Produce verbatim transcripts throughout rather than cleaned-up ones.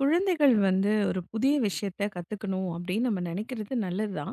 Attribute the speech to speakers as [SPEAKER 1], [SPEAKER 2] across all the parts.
[SPEAKER 1] குழந்தைகள் வந்து ஒரு புதிய விஷயத்த கத்துக்கணும் அப்படின்னு நம்ம நினைக்கிறது நல்லதுதான்.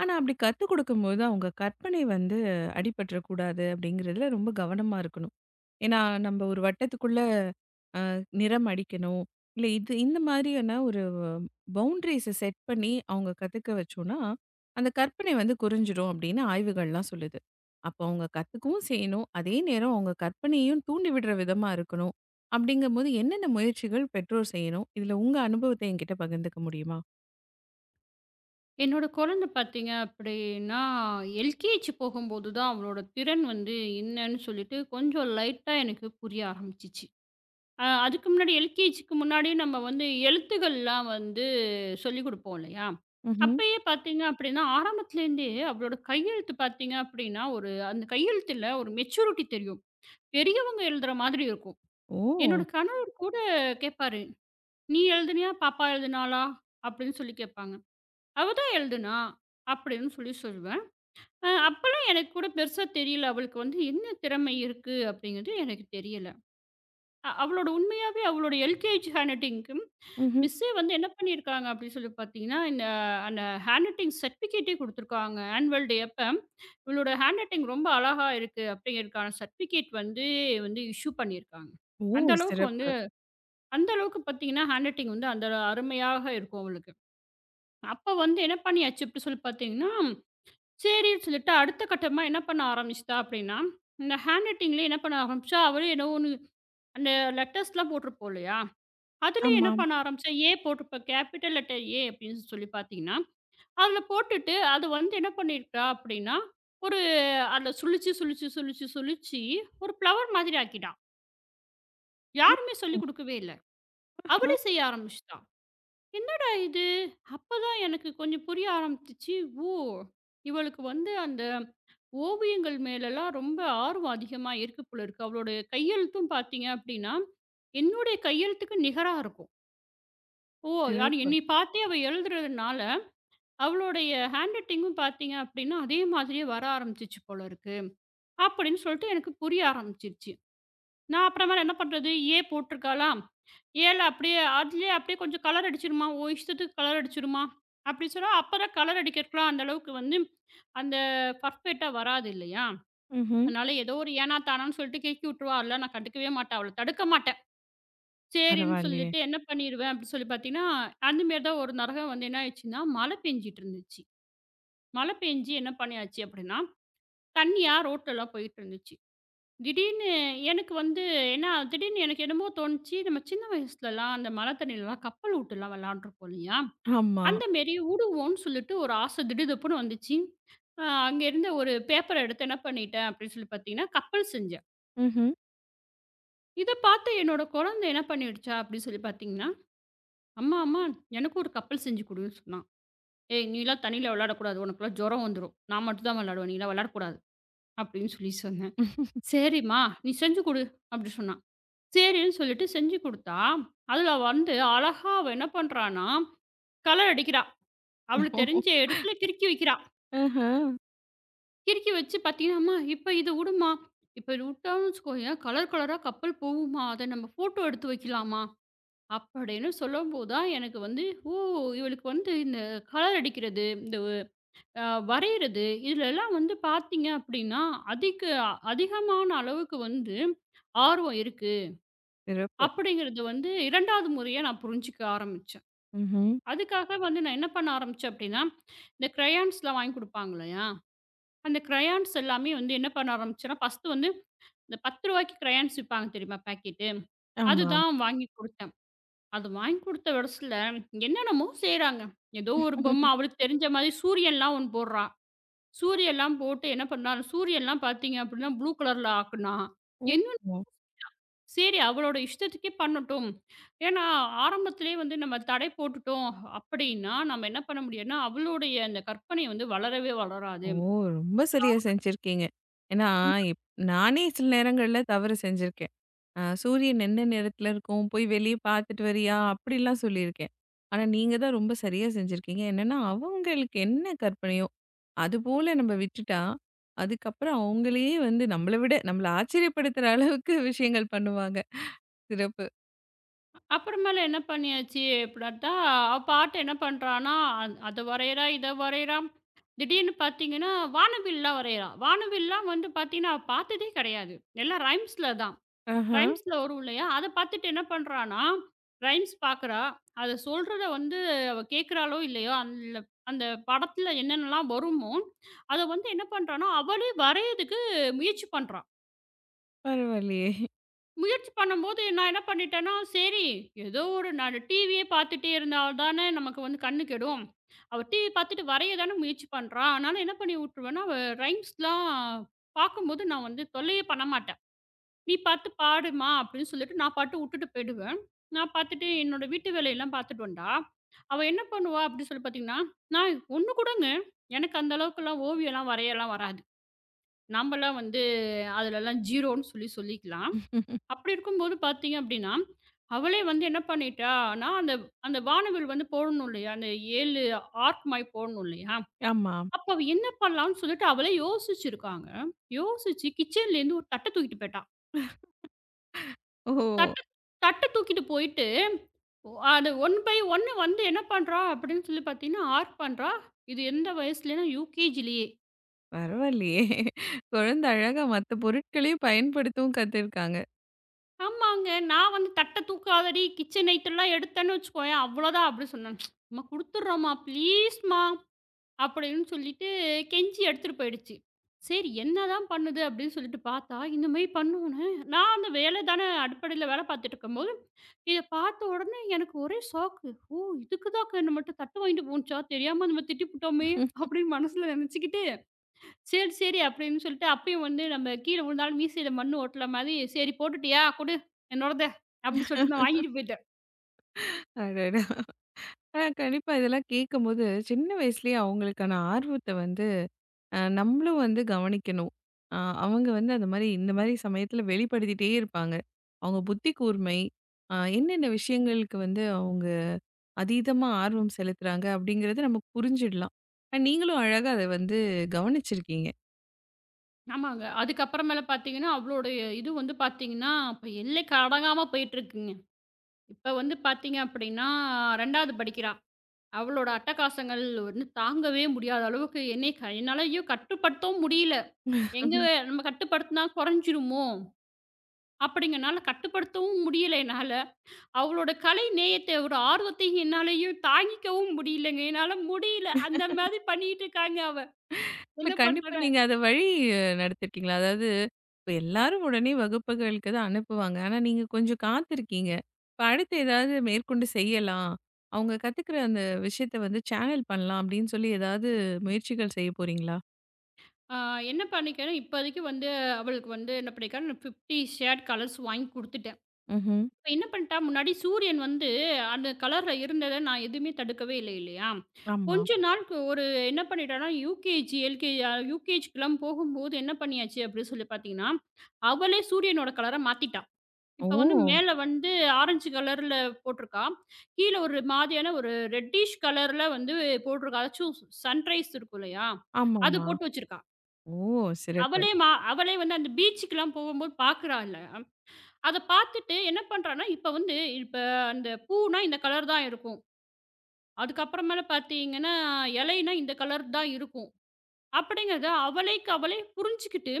[SPEAKER 1] ஆனா அப்படி கத்துக் கொடுக்கும்போது அவங்க கற்பனை வந்து அடிபட்டுறக்கூடாது அப்படிங்கிறதுல ரொம்ப கவனமா இருக்கணும். ஏன்னா, நம்ம ஒரு வட்டத்துக்குள்ள அ நிறம் அடிக்கணும். இல்ல இது இந்த மாதிரியான ஒரு பவுண்டரீஸ செட் பண்ணி அவங்க கத்துக்க வச்சோம்னா, அந்த கற்பனை வந்து குறைஞ்சிரும் அப்படின்னு ஆய்வுகள்லாம் சொல்லுது. அப்போ அவங்க கத்துக்கவும் செய்யணும். அதே நேரம் அவங்க கற்பனையையும் தூண்டி விடுற விதமா இருக்கணும். அப்படிங்கும்போது என்னென்ன முயற்சிகள் பெற்றோர் செய்யணும்? இதுல உங்க அனுபவத்த என்கிட்ட பகிர்ந்துக்க முடியுமா?
[SPEAKER 2] என்னோட குழந்தை பார்த்தீங்க அப்படின்னா, எல்கேஜி போகும்போது தான் அவளோட திறன் வந்து என்னன்னு சொல்லிட்டு கொஞ்சம் லைட்டா எனக்கு புரிய ஆரம்பிச்சுச்சு. அ அதுக்கு முன்னாடி எல்கேஜிக்கு முன்னாடியே நம்ம வந்து எழுத்துக்கள்லாம் வந்து சொல்லிக் குடுப்போம் இல்லையா?
[SPEAKER 1] ம்ஹ்ம்.
[SPEAKER 2] அப்பயே பார்த்தீங்க அப்படின்னா, ஆரம்பத்துலேருந்தே அவளோட கையெழுத்து பார்த்தீங்க அப்படின்னா, ஒரு அந்த கையெழுத்துல ஒரு மெச்சூரிட்டி தெரியும். பெரியவங்க எழுதுற மாதிரி இருக்கும். என்னோட
[SPEAKER 1] ஓ!
[SPEAKER 2] கணவர் கூட கேட்பாரு, "நீ எழுதுனியா? பாப்பா எழுதுனாளா?" அப்படின்னு சொல்லி கேட்பாங்க. அவ தான் எழுதுனா. அப்படின்னு சொல்லி சொல்லுவேன். அ அப்பலாம் எனக்கு கூட பெருசா தெரியல. அவளுக்கு வந்து என்ன திறமை இருக்கு அப்படிங்கிறது எனக்கு தெரியல. அ அவளோட உண்மையாவே அவளோட எல்கேஜி ஹேண்ட் ரைட்டிங்க்கு
[SPEAKER 1] ம்ஹ்ம்.
[SPEAKER 2] மிஸ்ஸே வந்து என்ன பண்ணியிருக்காங்க அப்படின்னு சொல்லி பார்த்தீங்கன்னா, இந்த அந்த ஹேண்ட் ரைட்டிங் சர்டிஃபிகேட்டே குடுத்துருக்காங்க. ஆனுவல் டே அப்ப இவளோட ஹேண்ட் ரைட்டிங் ரொம்ப அழகா இருக்கு அப்படிங்கிறதுக்கான சர்டிஃபிகேட் வந்து வந்து இஷ்யூ பண்ணியிருக்காங்க.
[SPEAKER 1] ஓ!
[SPEAKER 2] அந்த அளவுக்கு வந்து
[SPEAKER 1] சிறப்பு.
[SPEAKER 2] அந்த அளவுக்கு பார்த்தீங்கன்னா, ஹேண்ட் ரைட்டிங் வந்து அந்த அருமையாக இருக்கும் அவளுக்கு. அப்ப வந்து என்ன பண்ணியாச்சு அப்படி சொல்லி பார்த்தீங்கன்னா சரின்னு சொல்லிட்டு அடுத்த கட்டமா என்ன பண்ண ஆரம்பிச்சுட்டா அப்படின்னா, இந்த ஹேண்ட் ரைட்டிங்லயே என்ன பண்ண ஆரம்பிச்சா, அவளே ஏதோ ஒண்ணு அந்த லெட்டர்ஸ்லாம் போட்டிருப்போம் இல்லையா? அதுலயே என்ன
[SPEAKER 1] ஆமாம்.
[SPEAKER 2] பண்ண ஆரம்பிச்சா, ஏ போட்டிருப்பா கேப்பிட்டல் லெட்டர் ஏ அப்படின்னு சொல்லி பார்த்தீங்கன்னா, அதுல போட்டுட்டு அது வந்து என்ன பண்ணியிருக்கா அப்படின்னா, ஒரு அதில சுழிச்சு, சுழிச்சு, சுழிச்சு, சுழிச்சு ஒரு ஃப்ளவர் மாதிரி ஆக்கிட்டா. யாருமே
[SPEAKER 1] ம்.
[SPEAKER 2] சொல்லிக் குடுக்கவே இல்ல. அவளே செய்ய ஆரம்பிச்சுட்டா. என்னடா இது? அப்பதான் எனக்கு கொஞ்சம் புரிய ஆரம்பிச்சுச்சு. ஓ! இவளுக்கு வந்து அந்த ஓவியங்கள் மேலலாம் ரொம்ப ஆர்வம் அதிகமா இருக்கு போல இருக்கு. அவளுடைய கையெழுத்தும் பார்த்தீங்க அப்படின்னா, என்னுடைய கையெழுத்துக்கு நிகரா இருக்கும். ஓ! அது
[SPEAKER 1] சிறப்பு.
[SPEAKER 2] என்னை பார்த்தே அவ எழுதுறதுனால, அவளுடைய ஹேண்ட் ரைட்டிங்கும் பார்த்தீங்க அப்படின்னா, அதே மாதிரியே வர ஆரம்பிச்சுச்சு போல இருக்கு. அப்படின்னு சொல்லிட்டு எனக்கு புரிய ஆரம்பிச்சிருச்சு. நான் அப்புறமேல என்ன பண்றது? ஏ போட்டிருக்காளா? ஏல அப்படியே அதுலயே அப்படியே கொஞ்சம் கலர் அடிச்சிருமா, உன் இஷ்டத்துக்கு கலர் அடிச்சிருமா, அப்படி சொன்னா அப்பதான் கலர் அடிக்கிறதுக்குலாம் அந்த அளவுக்கு வந்து அந்த பர்ஃபெக்ட்டா வராது இல்லையா?
[SPEAKER 1] ம்ஹ்ம்.
[SPEAKER 2] அதனால ஏதோ ஒரு ஏனா தானான்னு சொல்லிட்டு கெடுக்கி விட்டுருவா. அதெல்லாம் நான் கண்டுக்கவே மாட்டேன். அவள தடுக்க மாட்டேன். சரின்னு
[SPEAKER 1] பரவாயில்லையே!
[SPEAKER 2] சொல்லிட்டு என்ன பண்ணிருவேன் அப்படின்னு சொல்லி பார்த்தீங்கன்னா, அந்த மாரி தான் ஒரு தடவ வந்து என்ன ஆயிடுச்சுன்னா, மழை பெஞ்சுட்டு இருந்துச்சு. மழை பெஞ்சு என்ன பண்ணியாச்சு அப்படின்னா, தண்ணியா ரோட்லலாம் போயிட்டு இருந்துச்சு. திடீர்னு எனக்கு வந்து என்ன திடீர்னு எனக்கு என்னமோ தோணுச்சு, நம்ம சின்ன வயசுலலாம் அந்த மழை தண்ணிலலாம் கப்பல் உட்டுலாம் விளையாண்டுருப்போம் இல்லையா?
[SPEAKER 1] ஆமா.
[SPEAKER 2] அந்த மாரி உடுவோன்னு சொல்லிட்டு ஒரு ஆசை திடுதப்புன்னு வந்துச்சு. அ அங்க இருந்த ஒரு பேப்பர எடுத்து என்ன பண்ணிட்டேன் அப்படின்னு சொல்லி பார்த்தீங்கன்னா, கப்பல் செஞ்சேன்.
[SPEAKER 1] ம்ஹ்ம்.
[SPEAKER 2] இத பார்த்து என்னோட குழந்தை என்ன பண்ணிடுச்சா அப்படின்னு சொல்லி பார்த்தீங்கன்னா, "அம்மா, அம்மா எனக்கும் ஒரு கப்பல் செஞ்சு குடுன்னு" சொன்னா. "ஏய் நீலாம் தண்ணீல விளையாடக்கூடாது. உனக்கெல்லாம் ஜுரம் வந்துரும். நான் மட்டும் தான் விளையாடுவேன். நீலாம் விளையாடக்கூடாது" அப்படின்னு சொல்லி சொன்னேன். "சரிம்மா நீ செஞ்சு குடு" அப்படி சொன்னா. சரின்னு சொல்லிட்டு செஞ்சு குடுத்தா, அதுல வந்து அழகா அவ என்ன பண்றான்னா, கலர் அடிக்கிறா. அவளுக்கு
[SPEAKER 1] ஓஹோ!
[SPEAKER 2] தெரிஞ்ச இடத்துல கிறுக்கி வைக்கிறா.
[SPEAKER 1] ஆஹா.
[SPEAKER 2] கிறுக்கி வச்சு பார்த்தீங்கன்னா, "அம்மா இப்ப இத உடுமா. இப்ப இது உட்டான்னு வச்சுக்கோயேன் கலர் கலரா கப்பல் போகும்மா. அத நம்ம ஃபோட்டோ எடுத்து வைக்கலாமா?" அப்படின்னு சொல்லும்போது தான் எனக்கு வந்து, ஓ! இவளுக்கு வந்து இந்த கலர் அடிக்கிறது, இந்த அ வரையிறது இதுலலாம் வந்து பார்த்தீங்க அப்படின்னா, அதிக அதிகமான அளவுக்கு வந்து ஆர்வம் இருக்கு.
[SPEAKER 1] சிறப்பு.
[SPEAKER 2] அப்படிங்கிறது வந்து இரண்டாவது முறையா நான் புரிஞ்சுக்க ஆரம்பிச்சேன்.
[SPEAKER 1] ம்ஹ்ம்.
[SPEAKER 2] அதுக்காக வந்து நான் என்ன பண்ண ஆரம்பிச்சேன் அப்படின்னா, இந்த கிரையான்ஸ்லாம் வாங்கி குடுப்பாங்க இல்லையா? அந்த கிரையான்ஸ் எல்லாமே வந்து என்ன பண்ண ஆரம்பிச்சேன்னா, ஃபர்ஸ்ட்டு வந்து இந்த பத்து ரூபாய்க்கு கிரையான்ஸ் விப்பாங்க தெரியுமா? பாக்கெட்டு.
[SPEAKER 1] ஆமாம்.
[SPEAKER 2] அதுதான் வாங்கி குடுத்தேன். அது வாங்கி குடுத்த வயசுல என்னென்னமோ செய்றாங்க. ஏதோ ஒரு பொம்மை அவளுக்கு தெரிஞ்ச மாதிரி சூரியன்லாம் ஒண்ணு போடுறா. சூரியன்லாம் போட்டு என்ன பண்ணா, சூரியன்லாம் பார்த்தீங்க அப்படின்னா ப்ளூ கலர்ல ஆக்குனா.
[SPEAKER 1] ஓ!
[SPEAKER 2] என்னன்னு
[SPEAKER 1] ஓ!
[SPEAKER 2] சரி அவளோட இஷ்டத்துக்கே பண்ணட்டும். ஏன்னா ஆரம்பத்திலேயே வந்து நம்ம தடை போட்டுட்டோம் அப்படின்னா, நம்ம என்ன பண்ண முடியும்னா, அவளுடைய அந்த கற்பனை வந்து வளரவே
[SPEAKER 1] ஓ!
[SPEAKER 2] வளராது.
[SPEAKER 1] ரொம்ப சரியா செஞ்சிருக்கீங்க. ஏன்னா, இப் நானே சில நேரங்கள்ல தவறு செஞ்சிருக்கேன். அ சூரியன் என்ன நேரத்துல இருக்கும், போய் வெளிய பார்த்துட்டு வரியா? அப்படிலாம் சொல்லியிருக்கேன். ஆனா, நீங்க தான் ரொம்ப சரியா செஞ்சிருக்கீங்க. என்னன்னா, அவங்களுக்கு என்ன கற்பனையோ, அதுபோல நம்ம விட்டுட்டா, அதுக்கப்புறம் அவங்களே வந்து நம்மள விட நம்மள ஆச்சரியப்படுத்துற அளவுக்கு விஷயங்கள் பண்ணுவாங்க. சிறப்பு.
[SPEAKER 2] அப்புறமேல என்ன பண்ணியாச்சு அப்படின்னா, பாட்ட என்ன பண்றான்னா, அந் அத வரையறா, இத வரையறா. திடீர்னு பார்த்தீங்கன்னா, வானவில்லாம் வரையறா. வானவில்லாம் வந்து பார்த்தீங்கன்னா, அவ பார்த்ததே கிடையாது. எல்லாம் ரைம்ஸ்ல தான்.
[SPEAKER 1] ஆஹா.
[SPEAKER 2] ரைம்ஸ்ல வரும் இல்லையா? அத பார்த்துட்டு என்ன பண்றான்னா, ரைம்ஸ் பார்க்குறா. அத சொல்றத வந்து அவ கேட்குறாளோ இல்லையோ, அந்த அந்த படத்துல என்னென்னலாம் வருமோ, அத வந்து என்ன பண்றான்னா, அவளே வரையறதுக்கு முயற்சி பண்றா.
[SPEAKER 1] பரவாயில்லையே!
[SPEAKER 2] முயற்சி பண்ணும்போது நான் என்ன பண்ணிட்டேன்னா, சரி ஏதோ ஒரு நான் டிவியே பார்த்துட்டே இருந்தா தானே நமக்கு வந்து கண்ணு கெடும். அவ டிவி பார்த்துட்டு வரைய தானே முயற்சி பண்றா. அதனால என்ன பண்ணி விட்டுருவேன்னா, அவ ரைம்ஸ்லாம் பார்க்கும்போது நான் வந்து தொல்லையே பண்ண மாட்டேன். "நீ பார்த்து பாடுமா" அப்படின்னு சொல்லிட்டு நான் பாட்டு விட்டுட்டு போயிடுவேன். நான் பார்த்துட்டு என்னோட வீட்டு வேலையெல்லாம் பார்த்துட்டு வந்தா, அவ என்ன பண்ணுவா அப்படின்னு சொல்லி பார்த்தீங்கன்னா, நான் ஒண்ணு கூடங்க எனக்கு அந்த அளவுக்குலாம் ஓவியம்லாம் வரையலாம் வராது. நம்மலாம் வந்து அதுலலாம் ஜீரோன்னு சொல்லி சொல்லிக்கலாம். அப்படி இருக்கும்போது பார்த்தீங்க அப்படின்னா, அவளே வந்து என்ன பண்ணிட்டான்னா, அந்த அந்த வானவில் வந்து போடணும் இல்லையா? அந்த ஏழு ஆர்க் மாரி போடணும் இல்லையா?
[SPEAKER 1] ஆமா.
[SPEAKER 2] அப்ப அவ என்ன பண்ணலாம்ன்னு சொல்லிட்டு அவளே யோசிச்சிருக்காங்க. யோசிச்சு கிச்சன்லேருந்து ஒரு தட்ட தூக்கிட்டு போயிட்டா.
[SPEAKER 1] ஓ!
[SPEAKER 2] தட்ட தட்ட தூக்கிட்டு போயிட்டு, ஒ- அது ஒன்று ஒன்று வந்து என்ன பண்றா அப்படின்னு சொல்லி பார்த்தீங்கன்னா, ஆர்க் பண்றா. இது எந்த வயசுலன்னா யூகேஜிலேயே.
[SPEAKER 1] பரவாயில்லையே! குழந்தை அழகா மத்த பொருட்களையும் பயன்படுத்தவும் கத்துருக்காங்க.
[SPEAKER 2] ஆமாங்க. நான் வந்து தட்ட தூக்காதடி, கிச்சன் ஐட்டம்லாம் எடுத்தேன்னு வச்சுக்கோயேன், அவ்வளோதான் அப்படின்னு சொன்னேன். அம்மா குடுத்துடுறோம்மா, ப்ளீஸ்மா. அப்படின்னு சொல்லிட்டு கெஞ்சி எடுத்துட்டு போயிடுச்சு. சரி என்னதான் பண்ணுது அப்படின்னு சொல்லிட்டு பார்த்தா, இந்த மாரி பண்ணுனோனே, நான் அந்த வேலை தானே அடுப்படியில வேலை பார்த்துட்டு இருக்கும்போது, இத பார்த்த உடனே எனக்கு ஒரே ஷாக்கு. ஓ! இதுக்கு தான் நம்மள்ட்ட தட்டு வாங்கிட்டு போணுச்சா? தெரியாம நம்ம திட்டிப்புட்டோமே அப்படின்னு மனசுல நினைச்சுக்கிட்டு, சரி, சரி அப்படின்னு சொல்லிட்டு அப்பயும் வந்து நம்ம கீழ விழுந்தாலும் மீசையில மண்ணு ஒட்டுற மாதிரி, "சரி போட்டுட்டியா? குடு என்னோடத" அப்படின்னு சொல்லிட்டு நான் வாங்கிட்டு போயிட்டேன்.
[SPEAKER 1] அடடா! ஆனா கண்டிப்பா இதெல்லாம் கேட்கும்போது, சின்ன வயசுலயே அவங்களுக்கான ஆர்வத்த வந்து அ நம்மளும் வந்து கவனிக்கணும். அ அவங்க வந்து அந்த மாரி இந்த மாரி சமயத்துல வெளிப்படுத்திட்டே இருப்பாங்க. அவங்க புத்தி கூர்மை, அ என்னென்ன விஷயங்களுக்கு வந்து அவங்க அதீதமா ஆர்வம் செலுத்துறாங்க அப்படிங்கிறத நம்ம புரிஞ்சிடலாம். அ நீங்களும் அழகா அத வந்து கவனிச்சிருக்கீங்க.
[SPEAKER 2] ஆமாங்க. அதுக்கப்புறமேல பார்த்தீங்கன்னா, அவளோட இது வந்து பார்த்தீங்கன்னா, இப்ப எல்லைக்கு அடங்காம போயிட்டுருக்குங்க. இப்ப வந்து பார்த்தீங்க அப்படின்னா, இரண்டாவது படிக்கிறா. அவளோட அட்டகாசங்கள் வந்து தாங்கவே முடியாத அளவுக்கு என்னை க என்னாலயோ கட்டுப்படுத்தவும் முடியல. எங்க நம்ம கட்டுப்படுத்தினா குறைஞ்சிருமோ? அப்படிங்கிறனால கட்டுப்படுத்தவும் முடியல என்னால. அவளோட கலை நேயத்த ஒரு ஆர்வத்தையும் என்னாலயும் தாங்கிக்கவும் முடியலங்க. என்னால முடியல. அந்த மாதிரி பண்ணிட்டு இருக்காங்க அவ.
[SPEAKER 1] இல்ல
[SPEAKER 2] என்ன
[SPEAKER 1] கண்டிப்பா
[SPEAKER 2] பண்றேன்னு
[SPEAKER 1] நீங்க அத வழி அஹ், நடத்திருக்கீங்களா? அதாவது, இப்ப எல்லாரும் உடனே வகுப்புகளுக்கு தான் அனுப்புவாங்க. ஆனா, நீங்க கொஞ்சம் காத்திருக்கீங்க. இப்ப அடுத்து ஏதாவது மேற்கொண்டு செய்யலாம். அவங்க கத்துக்கிற அந்த விஷயத்த வந்து சேனல் பண்ணலாம் அப்படின்னு சொல்லி ஏதாவது முயற்சிகள் செய்ய போறீங்களா?
[SPEAKER 2] ஆ என்ன பண்ணிக்கிறேன் இப்போதைக்கு வந்து அவளுக்கு வந்து என்ன பண்ணியிருக்கேன் ஐம்பது ஷேட் கலர்ஸ் வாங்கி குடுத்துட்டேன்.
[SPEAKER 1] ம்ஹ்ம்.
[SPEAKER 2] இப்ப என்ன பண்ணிட்டா, முன்னாடி சூரியன் வந்து அந்த கலர்ல இருந்தத நான் எதுவுமே தடுக்கவே இல்லை இல்லையா?
[SPEAKER 1] ஆமா.
[SPEAKER 2] கொஞ்ச நாளுக்கு ஒரு என்ன பண்ணிட்டேன்னா, யூகேஜி, எல்கேஜி அ யூகேஜிக்குலாம் போகும்போது என்ன பண்ணியாச்சு அப்படின்னு சொல்லி பார்த்தீங்கன்னா, அவளே சூரியனோட கலர மாத்திட்டா. இப்ப வந்து
[SPEAKER 1] ஓ!
[SPEAKER 2] மேல வந்து ஆரஞ்சு கலர்ல போட்டிருக்கா. கீழ ஒரு மாதிரியான ஒரு ரெட்டிஷ் கலர்ல வந்து போட்டிருக்கா. அதாச்சும் சன்ரைஸ் இருக்கும் இல்லையா? அது
[SPEAKER 1] ஆமாமா.
[SPEAKER 2] போட்டு வச்சிருக்கா.
[SPEAKER 1] ஓ! சிறப்பு.
[SPEAKER 2] அவளே மா அவளே வந்து அந்த பீச்சுக்குலாம் போகும்போது பார்க்குறா அத பார்த்துட்டு என்ன பண்றான்னா, இப்ப வந்து இப்ப அந்த பூனா இந்த கலர் தான் இருக்கும். அதுக்கப்புறமேல பார்த்தீங்கன்னா, இலைனா இந்த கலர் தான் இருக்கும். அப்படிங்கிறத அவளைக்கு அவளே புரிஞ்சுக்கிட்டு,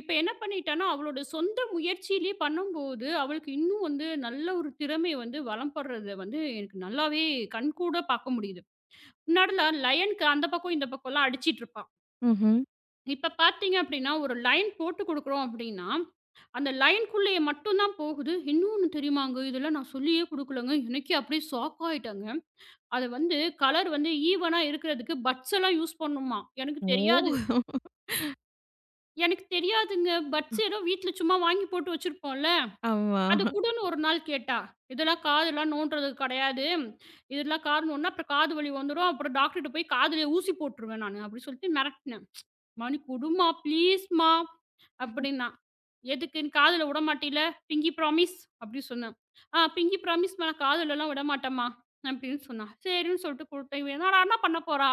[SPEAKER 2] இப்ப என்ன பண்ணிட்டான்னா, அவளோட சொந்த முயற்சியிலேயே பண்ணும்போது, அவளுக்கு இன்னும் வந்து நல்ல ஒரு திறமை வந்து வளம்படுறத வந்து எனக்கு நல்லாவே கண்கூட பார்க்க முடியுது. முன்னாடில லயனுக்கு அந்த பக்கம், இந்த பக்கம்லாம் அடிச்சிட்டு இருப்பா.
[SPEAKER 1] ம்ஹ்ம்.
[SPEAKER 2] இப்ப பார்த்தீங்க அப்படின்னா, ஒரு லைன் போட்டு குடுக்குறோம் அப்படின்னா, அந்த லைன்க்குள்ளேயே மட்டும் தான் போகுது. இன்னொன்னு தெரியுமாங்க? இதெல்லாம் நான் சொல்லியே குடுக்கலங்க. எனக்கே அப்படியே ஷாக் ஆயிட்டேங்க. அது வந்து கலர் வந்து ஈவனா இருக்கிறதுக்கு பட்ஸ் எல்லாம் யூஸ் பண்ணுமாம். எனக்கு
[SPEAKER 1] ஓ!
[SPEAKER 2] தெரியாது. எனக்கு தெரியாதுங்க. பட்ஸ் ஏதோ வீட்ல சும்மா வாங்கி போட்டு வச்சிருப்போம்ல.
[SPEAKER 1] ஆமா.
[SPEAKER 2] அது குடுன்னு ஒரு நாள் கேட்டா. இதெல்லாம் காதெல்லாம் நோண்டுறது கெடையாது. இதெல்லாம் காது நோண்டுனா அப்புறம் காது வலி வந்துரும். அப்புறம் டாக்டர்ட்ட போய் காதுல ஊசி போட்டுருவேன் நானு. அப்படி சொல்லிட்டு மிரட்டுனேன். "மணி குடும்மா, ப்ளீஸ்மா." அப்படின்னா, "எதுக்கு காதுல விடமாட்டீல? பிங்கி ப்ராமிஸ்" அப்படி சொன்னேன். "ஆ பிங்கி ப்ராமிஸ்மா நான் காதுலலாம் விடமாட்டேம்மா" அப்படின்னு சொன்னா. சரின்னு சொல்லிட்டு குடுத்தேன். இவ என்னடா என்ன பண்ண போறா?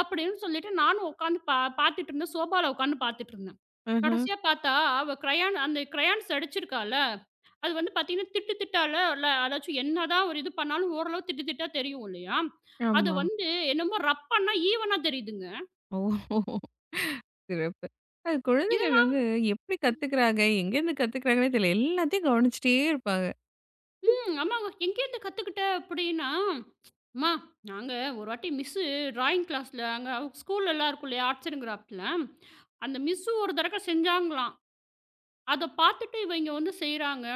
[SPEAKER 2] அப்படின்னு சொல்லிட்டு நானும் உட்காந்து பா பார்த்துட்டு இருந்தேன். சோபால உட்காந்து பார்த்துட்டு இருந்தேன்.
[SPEAKER 1] ஆஹ.
[SPEAKER 2] கடைசியா பார்த்தா, அவ கிரையான் அந்த கிரையான்ஸ் அடிச்சிருக்கால்ல, அது வந்து பார்த்தீங்கன்னா, திட்டு திட்டால இல்ல அதாச்சும் என்னதான் ஒரு இது பண்ணாலும் ஓரளவு திட்டு திட்டா தெரியும் இல்லையா? அது
[SPEAKER 1] ஆமா.
[SPEAKER 2] வந்து என்னமோ ரப்பன்னா ஈவனா தெரியுதுங்க.
[SPEAKER 1] ஓ! சிறப்பு. அது
[SPEAKER 2] இத
[SPEAKER 1] குழந்தைகள் வந்து எப்படி கத்துக்கிறாங்க? எங்கேருந்து கத்துக்கிறாங்கன்னே தெரியல. எல்லாத்தையும் கவனிச்சுட்டே இருப்பாங்க.
[SPEAKER 2] ம். ஆமாங்க. எங்கேருந்து கத்துக்கிட்ட அப்படின்னா, அம்மா நாங்க ஒரு வாட்டி மிஸ்ஸு டிராயிங் கிளாஸ்ல அங்க ஸ்கூல்லலாம் இருக்கும் இல்லையா? ஆர்ட்ஸ் அண்ட் கிராஃப்ட்ல. அந்த மிஸ்ஸு ஒரு தடக்க செஞ்சாங்களாம். அத பார்த்துட்டு இவைங்க வந்து செய்றாங்க.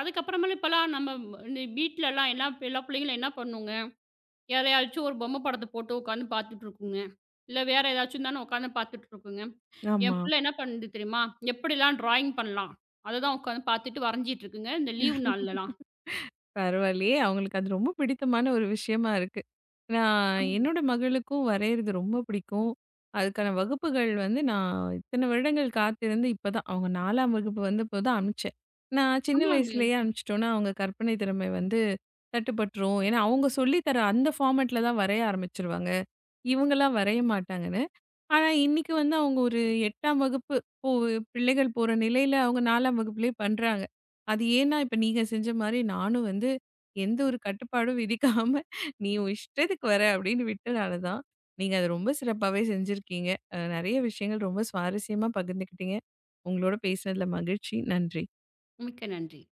[SPEAKER 2] அதுக்கப்புறமேலு இப்பலாம் நம்ம இந்த வீட்லலாம் எல்லா எல்லா பிள்ளைங்களும் என்ன பண்ணுங்க? எதையாச்சும் ஒரு பொம்மை படத்த போட்டு உட்காந்து பார்த்துட்டுருக்குங்க. இல்ல வேற ஏதாச்சும் தானே உட்காந்து பார்த்துட்டுருக்குங்க.
[SPEAKER 1] ஆமா.
[SPEAKER 2] என் பிள்ளை என்ன பண்ணுது தெரியுமா? எப்படிலாம் டிராயிங் பண்ணலாம்? அததான் உட்காந்து பார்த்துட்டு வரைஞ்சிட்டுருக்குங்க. இந்த லீவ் நாள்லலாம்.
[SPEAKER 1] பரவாயில்லையே! அவங்களுக்கு அது ரொம்ப பிடித்தமான ஒரு விஷயமா இருக்கு. நான்
[SPEAKER 2] ஆமாங்க.
[SPEAKER 1] என்னோட மகளுக்கும் வரையறது ரொம்ப பிடிக்கும். அதுக்கான வகுப்புகள் வந்து நான் இத்தன வருடங்கள் காத்திருந்து இப்பதான் அவங்க நான்காம் வகுப்பு வந்தப்போதான் அனுப்பிச்சேன். நான் சின்ன
[SPEAKER 2] ஆமாங்க.
[SPEAKER 1] வயசுலயே அனுப்பிச்சுட்டோம்னா, அவங்க கற்பனை திறமை வந்து தட்டுப்பட்டுரும். ஏன்னா அவங்க சொல்லி தர அந்த ஃபார்மேட்ல தான் வரைய ஆரம்பிச்சுருவாங்க. இவங்கலாம் வரைய மாட்டாங்கன்னு. ஆனா, இன்னைக்கு வந்து அவங்க ஒரு எட்டாம் வகுப்பு போ பிள்ளைகள் போற நிலையில அவங்க நான்காம் வகுப்பிலேயே பண்றாங்க. அது ஏன்னா, இப்ப நீங்க செஞ்ச மாரி நானும் வந்து எந்த ஒரு கட்டுப்பாடும் விதிக்காம, "நீ உன் இஷ்டத்துக்கு வர" அப்படின்னு விட்டனால தான், நீங்க அத ரொம்ப சிறப்பாவே செஞ்சிருக்கீங்க. அ நெறைய விஷயங்கள் ரொம்ப சுவாரஸ்யமா பகிர்ந்துக்கிட்டீங்க. உங்களோட பேசினதுல மகிழ்ச்சி. நன்றி.
[SPEAKER 2] மிக்க நன்றி